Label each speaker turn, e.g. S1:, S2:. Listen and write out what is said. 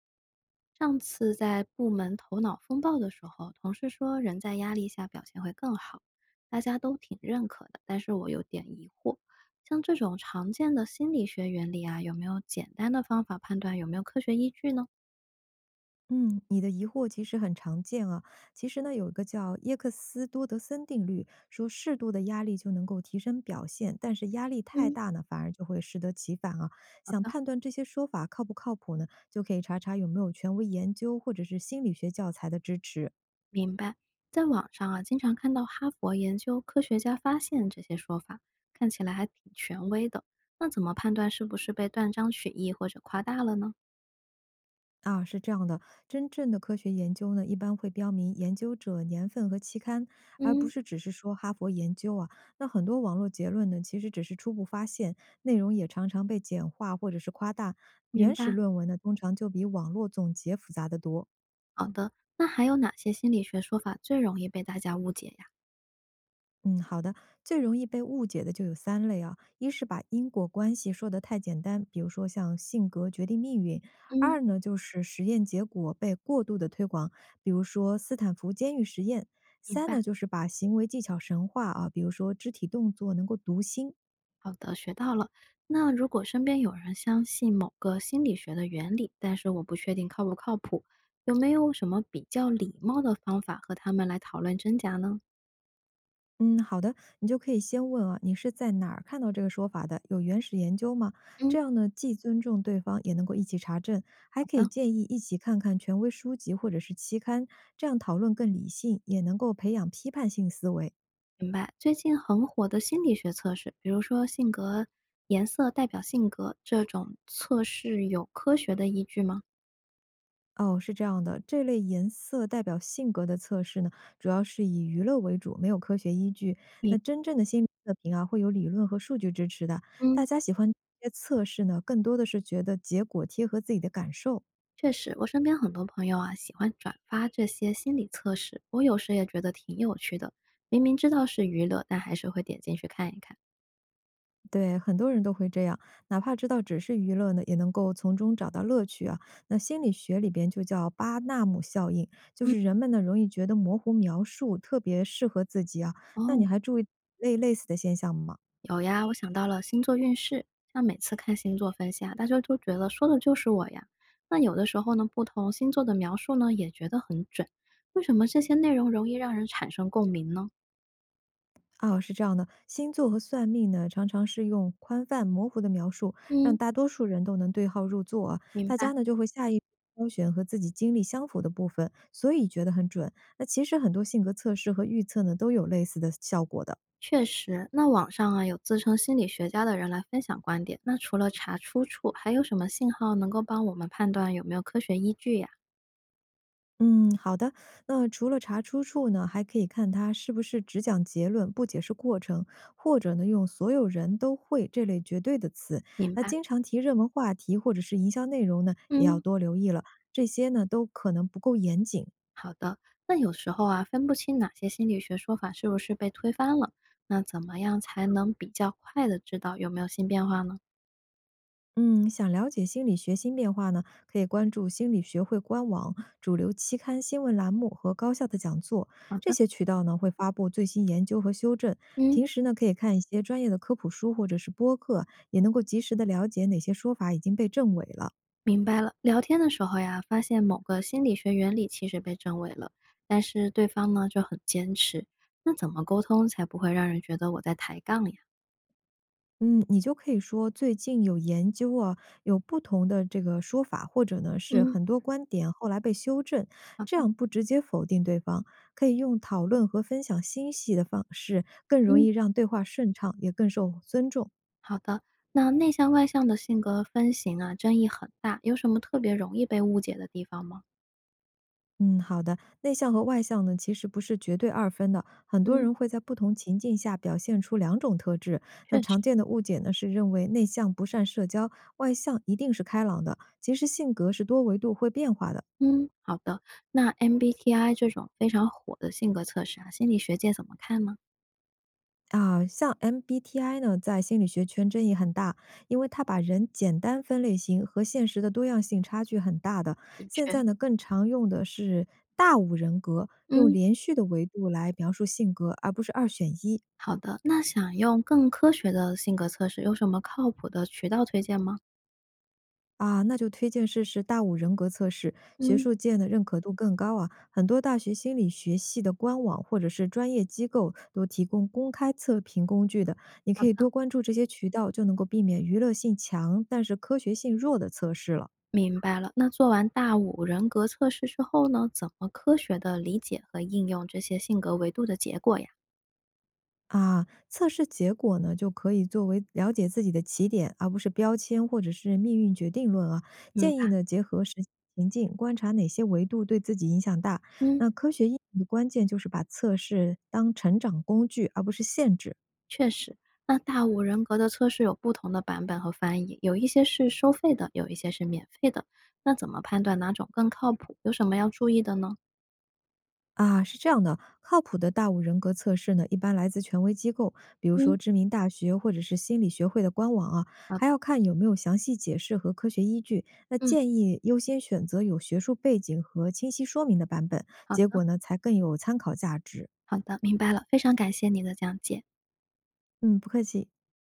S1: 上次在部门头脑风暴的时候，同事说人在压力下表现会更好，大家都挺认可的，但是我有点疑惑，像这种常见的心理学原理啊，有没有简单的方法判断有没有科学依据呢？
S2: 嗯，你的疑惑其实很常见啊。其实呢，有一个叫耶克斯多德森定律，说适度的压力就能够提升表现，但是压力太
S1: 嗯，
S2: 大呢，反而就会适得其反啊。
S1: 好
S2: 想
S1: 的，
S2: 判断这些说法靠不靠谱呢，就可以查查有没有权威研究或者是心理学教材的支持。
S1: 明白。在网上啊，经常看到哈佛研究科学家发现这些说法，看起来还挺权威的。那怎么判断是不是被断章取义或者夸大了呢？
S2: 啊，是这样的，真正的科学研究呢，一般会标明研究者、年份和期刊，而不
S1: 嗯，
S2: 是只是说哈佛研究啊。那很多网络结论呢，其实只是初步发现，内容也常常被简化或者是夸大。
S1: 明
S2: 原始
S1: 白。
S2: 论文呢，通常就比网络总结复杂的多。
S1: 好的，那还有哪些心理学说法最容易被大家误解呀？
S2: 嗯，好的。最容易被误解的就有三类啊，一是把因果关系说得太简单，比如说像性格决定命运；
S1: 嗯，
S2: 二呢，就是实验结果被过度的推广，比如说斯坦福监狱实验；
S1: 明
S2: 三呢，
S1: 白，
S2: 就是把行为技巧神话啊，比如说肢体动作能够读心。
S1: 好的，学到了。那如果身边有人相信某个心理学的原理，但是我不确定靠不靠谱，有没有什么比较礼貌的方法和他们来讨论真假呢？
S2: 嗯，好的，你就可以先问啊，你是在哪儿看到这个说法的？有原始研究吗？
S1: 嗯，
S2: 这样呢，既尊重对方，也能够一起查证，还
S1: 好
S2: 可以
S1: 的，
S2: 建议一起看看权威书籍或者是期刊，这样讨论更理性，也能够培养批判性思维。
S1: 明白。最近很火的心理学测试，比如说性格颜色代表性格这种测试，有科学的依据吗？
S2: 哦，是这样的，这类颜色代表性格的测试呢，主要是以娱乐为主，没有科学依据。那
S1: 你
S2: 真正的心理测评啊，会有理论和数据支持的。
S1: 嗯。
S2: 大家喜欢这些测试呢，更多的是觉得结果贴合自己的感受。
S1: 确实，我身边很多朋友啊，喜欢转发这些心理测试，我有时也觉得挺有趣的。明明知道是娱乐，但还是会点进去看一看。
S2: 对，很多人都会这样，哪怕知道只是娱乐呢，也能够从中找到乐趣啊。那心理学里边就叫巴纳姆效应，就
S1: 嗯，
S2: 是人们呢容易觉得模糊描述特别适合自己啊。那你
S1: 哦，
S2: 还注意类似的现象吗？
S1: 有呀，我想到了星座运势，像每次看星座分析啊，大家都觉得说的就是我呀。那有的时候呢，不同星座的描述呢，也觉得很准。为什么这些内容容易让人产生共鸣呢？
S2: 啊，是这样的，星座和算命呢，常常是用宽泛模糊的描述，让
S1: 嗯，
S2: 大多数人都能对号入座啊。
S1: 明
S2: 大
S1: 白。
S2: 家呢就会下意识挑选和自己经历相符的部分，所以觉得很准。那其实很多性格测试和预测呢，都有类似的效果的。
S1: 确实，那网上啊有自称心理学家的人来分享观点，那除了查出处，还有什么信号能够帮我们判断有没有科学依据呀？
S2: 嗯，好的。那除了查出处呢，还可以看它是不是只讲结论，不解释过程，或者呢用“所有人都会”这类绝对的词。
S1: 明
S2: 那
S1: 白，
S2: 经常提热门话题或者是营销内容呢，也要
S1: 嗯，
S2: 多留意了。这些呢都可能不够严谨，
S1: 好的。那有时候啊，分不清哪些心理学说法是不是被推翻了，那怎么样才能比较快的知道有没有新变化呢？
S2: 嗯，想了解心理学新变化呢，可以关注心理学会官网、主流期刊新闻栏目和高校的讲座，
S1: 好
S2: 这
S1: 的，
S2: 些渠道呢会发布最新研究和修正。
S1: 嗯，
S2: 平时呢可以看一些专业的科普书或者是播客，也能够及时的了解哪些说法已经被证伪了。
S1: 明白了。聊天的时候呀，发现某个心理学原理其实被证伪了，但是对方呢就很坚持，那怎么沟通才不会让人觉得我在抬杠呀？
S2: 嗯，你就可以说最近有研究啊，有不同的这个说法，或者呢是
S1: 嗯。
S2: 很多观点后来被修正，
S1: 好
S2: 这
S1: 的，
S2: 样不直接否定对方，可以用讨论和分享信息的方式，更容
S1: 嗯，
S2: 易让对话顺畅，也更受尊重。
S1: 好的。那内向外向的性格分型啊，争议很大，有什么特别容易被误解的地方吗？
S2: 嗯，好的，内向和外向呢其实不是绝对二分的，很多
S1: 嗯，
S2: 人会在不同情境下表现出两种特质。
S1: 确
S2: 那
S1: 实。
S2: 常见的误解呢是认为内向不善社交，外向一定是开朗的，其实性格是多维度会变化的。
S1: 嗯，好的。那 MBTI 这种非常火的性格测试啊，心理学界怎么看呢？
S2: 啊，像 MBTI 呢，在心理学圈争议很大，因为它把人简单分类型和现实的多样性差距很大的。
S1: 的
S2: 现
S1: 确，
S2: 在呢，更常用的是大五人格，用
S1: 嗯，
S2: 连续的维度来描述性格，而不是二选一。
S1: 好的。那想用更科学的性格测试，有什么靠谱的渠道推荐吗？
S2: 啊，那就推荐试试大五人格测试，学
S1: 嗯，
S2: 术界的认可度更高啊。很多大学心理学系的官网或者是专业机构都提供公开测评工具的，你
S1: 好
S2: 可以
S1: 的，
S2: 多关注这些渠道，就能够避免娱乐性强但是科学性弱的测试了。
S1: 明白了。那做完大五人格测试之后呢，怎么科学的理解和应用这些性格维度的结果呀？
S2: 啊，测试结果呢，就可以作为了解自己的起点，而不是标签或者是命运决定论啊。
S1: 嗯
S2: 建议
S1: 吧，
S2: 呢，结合实际情境，观察哪些维度对自己影响大。
S1: 嗯。
S2: 那科学意义的关键就是把测试当成长工具，而不是限制。
S1: 确实，那大五人格的测试有不同的版本和翻译，有一些是收费的，有一些是免费的。那怎么判断哪种更靠谱？有什么要注意的呢？
S2: 啊，是这样的，靠谱的大五人格测试呢，一般来自权威机构，比如说
S1: 嗯，
S2: 知名大学或者是心理学会的官网啊，
S1: 好的，
S2: 还要看有没有详细解释和科学依据。那
S1: 嗯，
S2: 建议优先选择有学术背景和清晰说明的版本，
S1: 好
S2: 结
S1: 的，
S2: 果呢才更有参考价值。
S1: 好的，明白了，非常感谢你的讲解。
S2: 嗯，不客气。